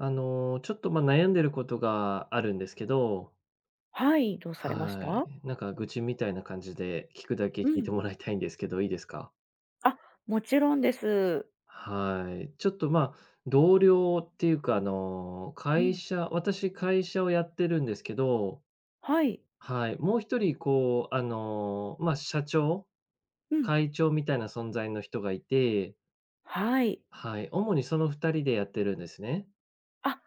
ちょっと、悩んでることがあるんですけど、はい、どうされましはい。たなんか愚痴みたいな感じで、聞くだけう聞いん。てもらいたいんですけど、いいですか？あ、もちろんです。はい。ちょっと、同僚っていうか、うん。私会社をやってるんですけど、はい。はい、もう一人こう、社長、うん。会長みたいな存在の人がいて、はい。はい、主にその二人でやってるんですね。あ、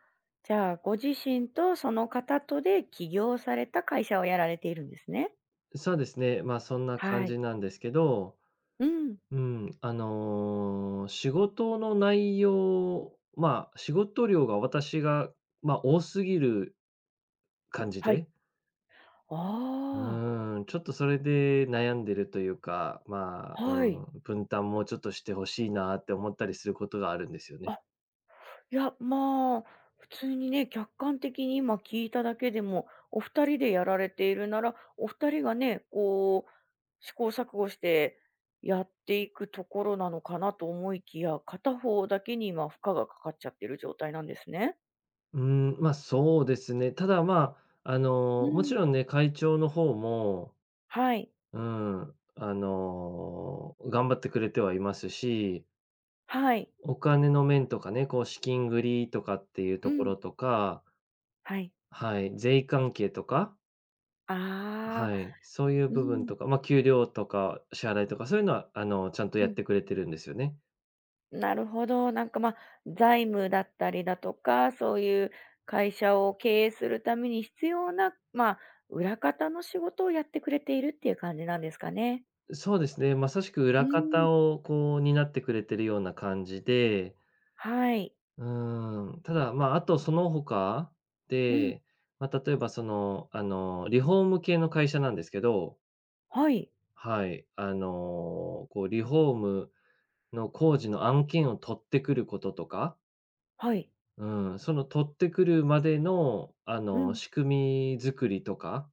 じゃあ、ご自身とその方とで起業された会社をやられているんですね。そうですね、そんな感はい。じなんですけど、うん。うん、仕事の内容、仕事量が私が、多すぎる感じはい。で、あうん、ちょっとそれで悩んでるというか、あ、うはい。ん、分担もうちょっとしてほしいなって思ったりすることがあるんですよね。あ、いや、まあ、普通にね、客観的に今聞いただけでも、お二人でやられているなら、お二人がね、こう、試行錯誤してやっていくところなのかなと思いきや、片方だけに今負荷がかかっちゃってる状態なんですね。うん、そうですね。ただ、うもちん。ろんね、会長の方も、はい。うん、頑張ってくれてはいますし。はい。お金の面とかね、こう資金繰りとかっていううとこん。ろとか、はい。はい、税関係とか、あはあ。い、そういうう部分とん。か、給料とか支払いとか、そういうのは、ちゃんとうやっん。てくれてるんですよね。なるほど。なんか、まあ、財務だったりだとか、そういう会社を経営するために必要な、まあ、裏方の仕事をやってくれているっていう感じなんですかね？そうですね、まさしくう裏ーん。方をこう担ってくれてるような感じで、はい。うーん、ただ、あとその他うん。で、例えばリフォーム系の会社なんですけど、はい。はい、こうリフォームの工事の案件を取ってくることとか、はい。うん、その取ってくるまでの、うん。仕組み作りとか、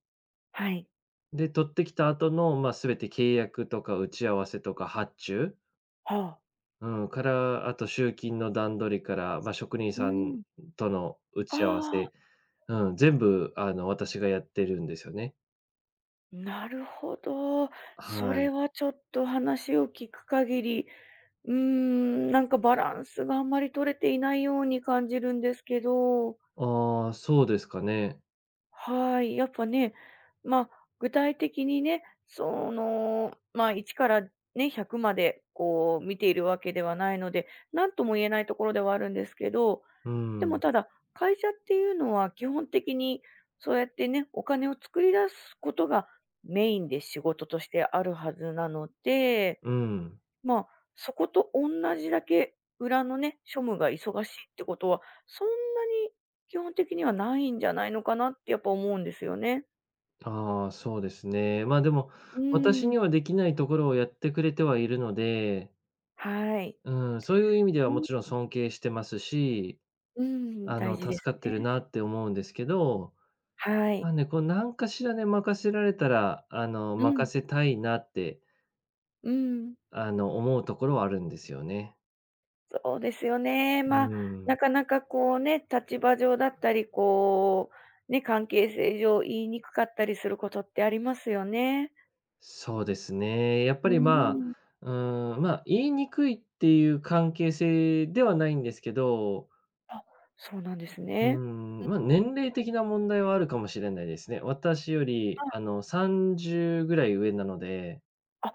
はい。で、取ってきた後の、全て契約とか打ち合わせとか発注、はあ。うん、から、あと集金の段取りから、職人うさーんん。との打あ。ち合わせ、あうん、全部、私がやってるんですよね。あ、なるほど。そはれい。はちょっと話を聞く限り、うーん、なんかバランスがあんまり取れていないように感じるんですけど。ああ、そうですかね。はい、やっぱね、まあ、具体的にね、その、まあ、1からね、100までこう見ているわけではないので、何とも言えないところではあるんですけど、うでもん、ただ、会社っていうのは基本的にそうやってね、お金を作り出すことがメインで仕事としてあるはずなので、うん。まあ、そこと同じだけ裏のね、庶務が忙しいってことは、そんなに基本的にはないんじゃないのかなってやっぱ思うんですよね。ああ、そうですね。でも、う私ーん。にはできないところをやってくれてはいるので、はい。うん、そういう意味でうはもん、ちろん尊敬してますし、うん。大事です助かってるね。なって思うんですけど、はまい。あね、こう何かしらね、任せられたら、うん、任せたいなって、うん。思うところはあるんですよね。そうですよね。うまあ、ん。なかなかこうね、立場上だったり、こう、ね、関係性上言いにくかったりすることってありますよね。そうですね。やっうぱーりん。うん、言いにくいっていう関係性ではないんですけど、あ、そうなんですうーね。ん、年齢的な問題はあるかもしれないですね。私より、30ぐらい上なので、あ、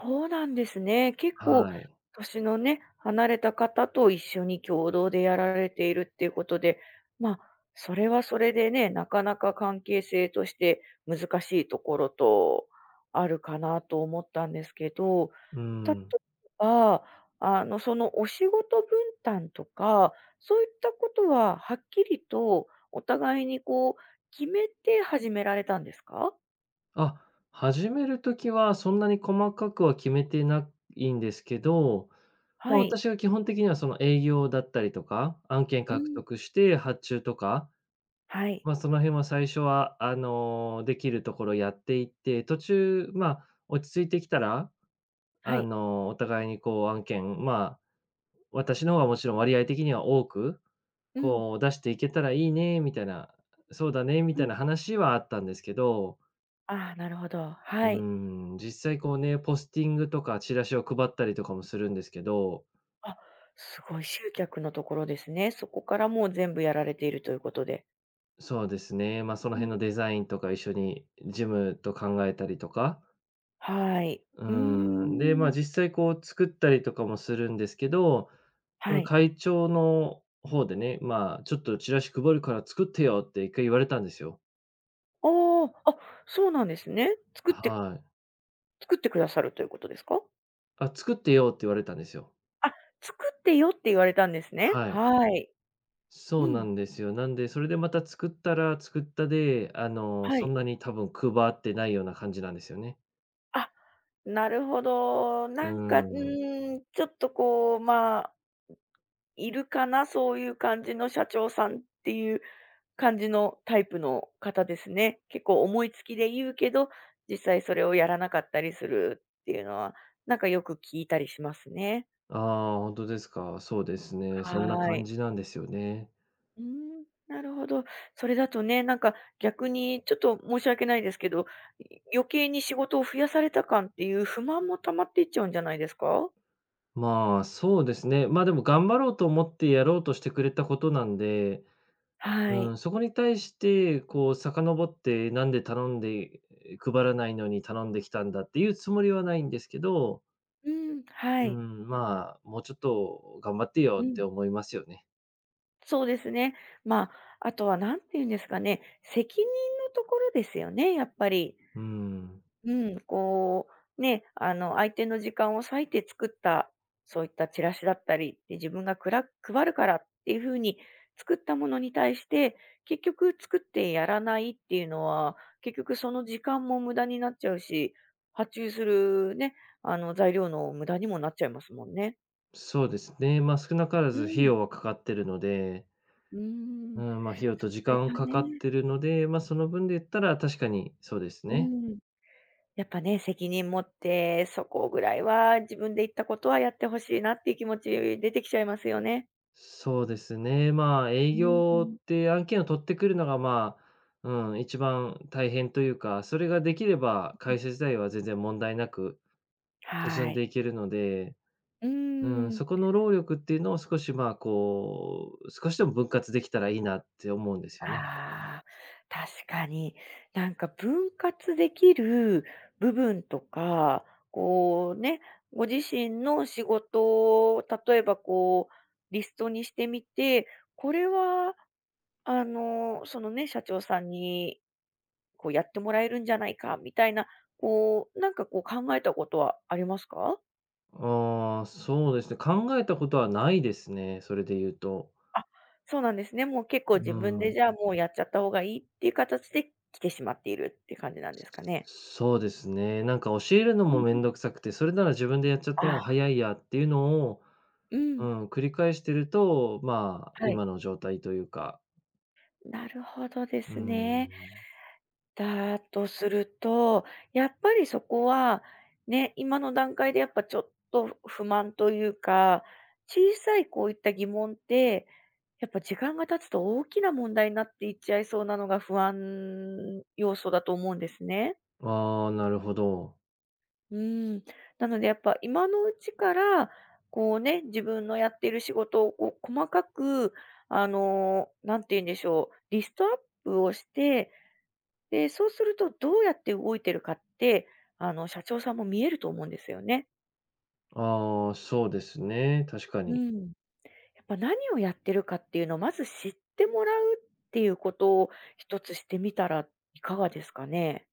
そうなんですね。結構はい。年のね、離れた方と一緒に共同でやられているっていうことで、まあ、それはそれでね、なかなか関係性として難しいところとあるかなと思ったんですけど、うー例えん。ば、あの、そのお仕事分担とか、そういったことははっきりとお互いにこう決めて始められたんですか？あ、始めるときはそんなに細かくは決めてないんですけど、はい。私は基本的にはその営業だったりとか、案件う獲ん。得して発注とか、はい。その辺は最初は、できるところやっていって、途中、落ち着いてきたら、はい。お互いにこう案件、私の方がもちろん割合的には多く、うん。こう出していけたらいいねみたいな、そうだねみうたいん。な話はあったんですけど、ああ、なるほど。うはーい。ん、実際こうね、ポスティングとかチラシを配ったりとかもするんですけど、あ、すごい集客のところですね。そこからもう全部やられているということで。そうですね、そのうん。辺のデザインとか一緒にジムと考えたりとか、はい。ううーん、で、ーん。実際こう作ったりとかもするんですけど、そはのい。会長の方でね、ちょっとチラシ配るから作ってよって一回言われたんですよ。ああ、あ、そうなんですね。作ってはい。作ってくださるということですか？あ、作ってよって言われたんですよ。あ、作ってよって言われたんですね。はい。はい。そううなん。んですよ。なんで、それでまた作ったら作ったで、はそい。んなに多分配ってないような感じなんですよね。あ、なるほど。うーなんか、うん。ーん、ちょっとこう、まあ、いるかな、そういう感じの社長さんっていう感じのタイプの方ですね。結構思いつきで言うけど、実際それをやらなかったりするっていうのは、なんかよく聞いたりしますね。ああ、ほですか。そうですね。そんなはー感い。じなんですよね。うーん。なるほど。それだとね、なんか逆にちょっと申し訳ないですけど、余計に仕事を増やされた感っていう不満も溜まっていっちゃうんじゃないですか？そうですね。あでも頑張ろうと思ってやろうとしてくれたことなんで、はうん、い。そこに対して、こう遡って、なんで頼んで配らないのに頼んできたんだっていうつもりはないんですけど。うん、はうい。ん、もうちょっと頑張ってうよっん、て思いますよね。そうですね。まあ、あとは何て言うんですかね、責任のところですよね、やっぱり。うん、うん、こう、ね、あの、相手の時間を割いて作った、そういったチラシだったり、で、自分がくら配るからっていう風に作ったものに対して、結局作ってやらないっていうのは、結局その時間も無駄になっちゃうし、発注するね、あの、材料の無駄にもなっちゃいますもんね。そうですね。少なからうず費ん。用はかかってるので、うーうん。こん、費用と時こ間はかね、かってるので、その分で言ったら確かにそうですうね。ん。やっぱね、責任持って、そこぐらいは自分で言ったことはやってほしいなっていう気持ち出てきちゃいますよね。そうですね。営う業ん、って案件を取ってくるのが、うん、一番大変というか、それができれば会社自体は全然問題なく進はんでい。いけるので、うーうん、ん。そこの労力っていうのを少し、こう、少しでも分割できたらいいなって思うんですよね。ああ、確かに。なんか分割できる部分とか、こうね、ご自身の仕事を例えばこうリストにしてみて、これはあの、そのね、社長さんに、こうやってもらえるんじゃないかみたいな、こう、なんかこう考えたことはありますか？ああ、そうですね。考えたことはないですね、それで言うと。あ、そうなんですね。もう結構自う分でん。じゃあ、もうやっちゃった方がいいっていう形で来てしまっているっていう感じなんですかね？そうですね。なんか教えるのうもん。めんどくさくて、それなら自分でやっちゃった方あがあ、早いやっていうのを、ううん、ん、繰り返してると、はい。今の状態というか。なるほどでうすね。ん。だとすると、やっぱりそこは、ね、今の段階でやっぱちょっと不満というか、小さいこういった疑問って、やっぱ時間が経つと大きな問題になっていっちゃいそうなのが不安要素だと思うんですね。ああ、なるほど。うーん。なのでやっぱ今のうちから、こうね、自分のやっている仕事をこう細かく、あの、なんて言うんでしょう、リストアップをして、で、そうするとどうやって動いてるかって、あの、社長さんも見えると思うんですよね。ああ、そうですね、確かうに。ん。やっぱ何をやってるかっていうのをまず知ってもらうっていうことを一つしてみたらいかがですかね？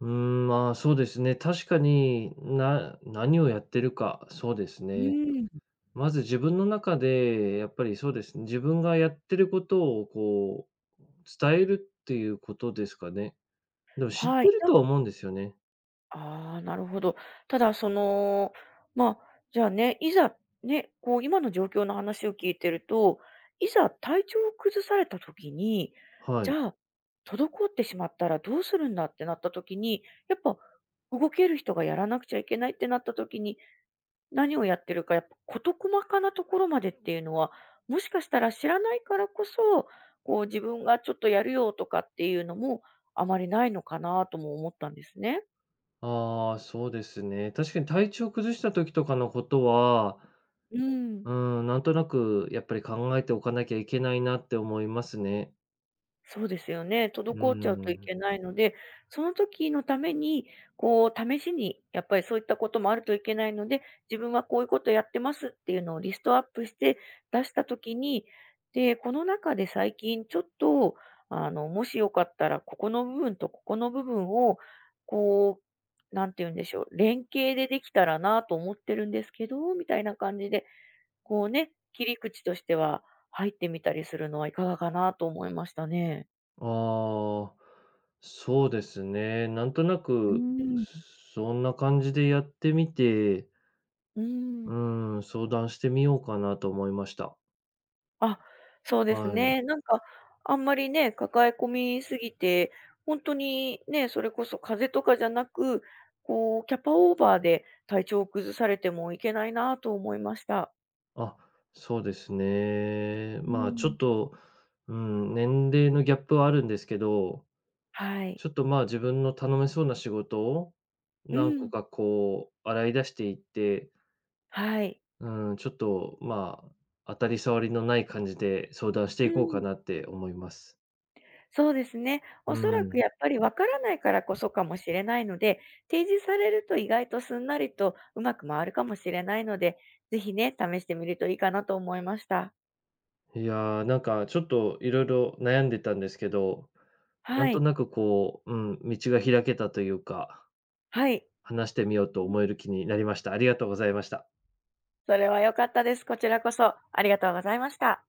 うーん、そうですね。確かに、何をやってるか、そうですうね。ん。まず自分の中で、やっぱりそうですね、自分がやってることをこう、伝えるっていうことですかね。でも知っはてい。るとは思うんですよね。ああ、なるほど。ただその、まあ、じゃあね、いざ、ね、こう今の状況の話を聞いてると、いざ体調を崩された時に、はじい。ゃあ、滞ってしまったらどうするんだってなった時に、やっぱ動ける人がやらなくちゃいけないってなった時に、何をやってるか、やっぱ事細かなところまでっていうのは、もしかしたら知らないからこそ、こう自分がちょっとやるよとかっていうのもあまりないのかなとも思ったんですね。ああ、そうですね。確かに体調崩した時とかのことは、うん。うん、なんとなくやっぱり考えておかなきゃいけないなって思いますね。そうですよね。う滞っちゃーうといん。けないので、その時のために、こう、試しに、やっぱりそういったこともあるといけないので、自分はこういうことやってますっていうのをリストアップして出した時に、で、この中で最近ちょっと、あの、もしよかったら、ここの部分とここの部分を、こう、なんて言うんでしょう、連携でできたらなと思ってるんですけど、みたいな感じで、こうね、切り口としては入ってみたりするのはいかがかなと思いましたね。ああ、そうですね。なんとなうーく、ん、そんな感じでやってみて、うーん。うん、相談してみようかなと思いました。あ、そうですはい。ね。なんか、あんまりね、抱え込みすぎて、ほんとにね、それこそ風邪とかじゃなく、こう、キャパオーバーで体調を崩されてもいけないなと思いました。あ、そうですね。うーちょん。っと、うん、年齢のギャップはあるんですけど、はい。ちょっと、自分の頼めそうな仕事をう何個ん。かこう洗い出していって、はい。うん、ちょっと、当たり障りのない感じで相談してういこうかん。なって思います。そうですね。うおそらくん。やっぱりわからないからこそかもしれないので、提示されると意外とすんなりとうまく回るかもしれないので、ぜひね、試してみるといいかなと思いました。いやー、なんかちょっといろいろ悩んでたんですけど、なんはとい。なくこう、うん、道が開けたというか、はい。話してみようと思える気になりました。ありがとうございました。それは良かったです。こちらこそありがとうございました。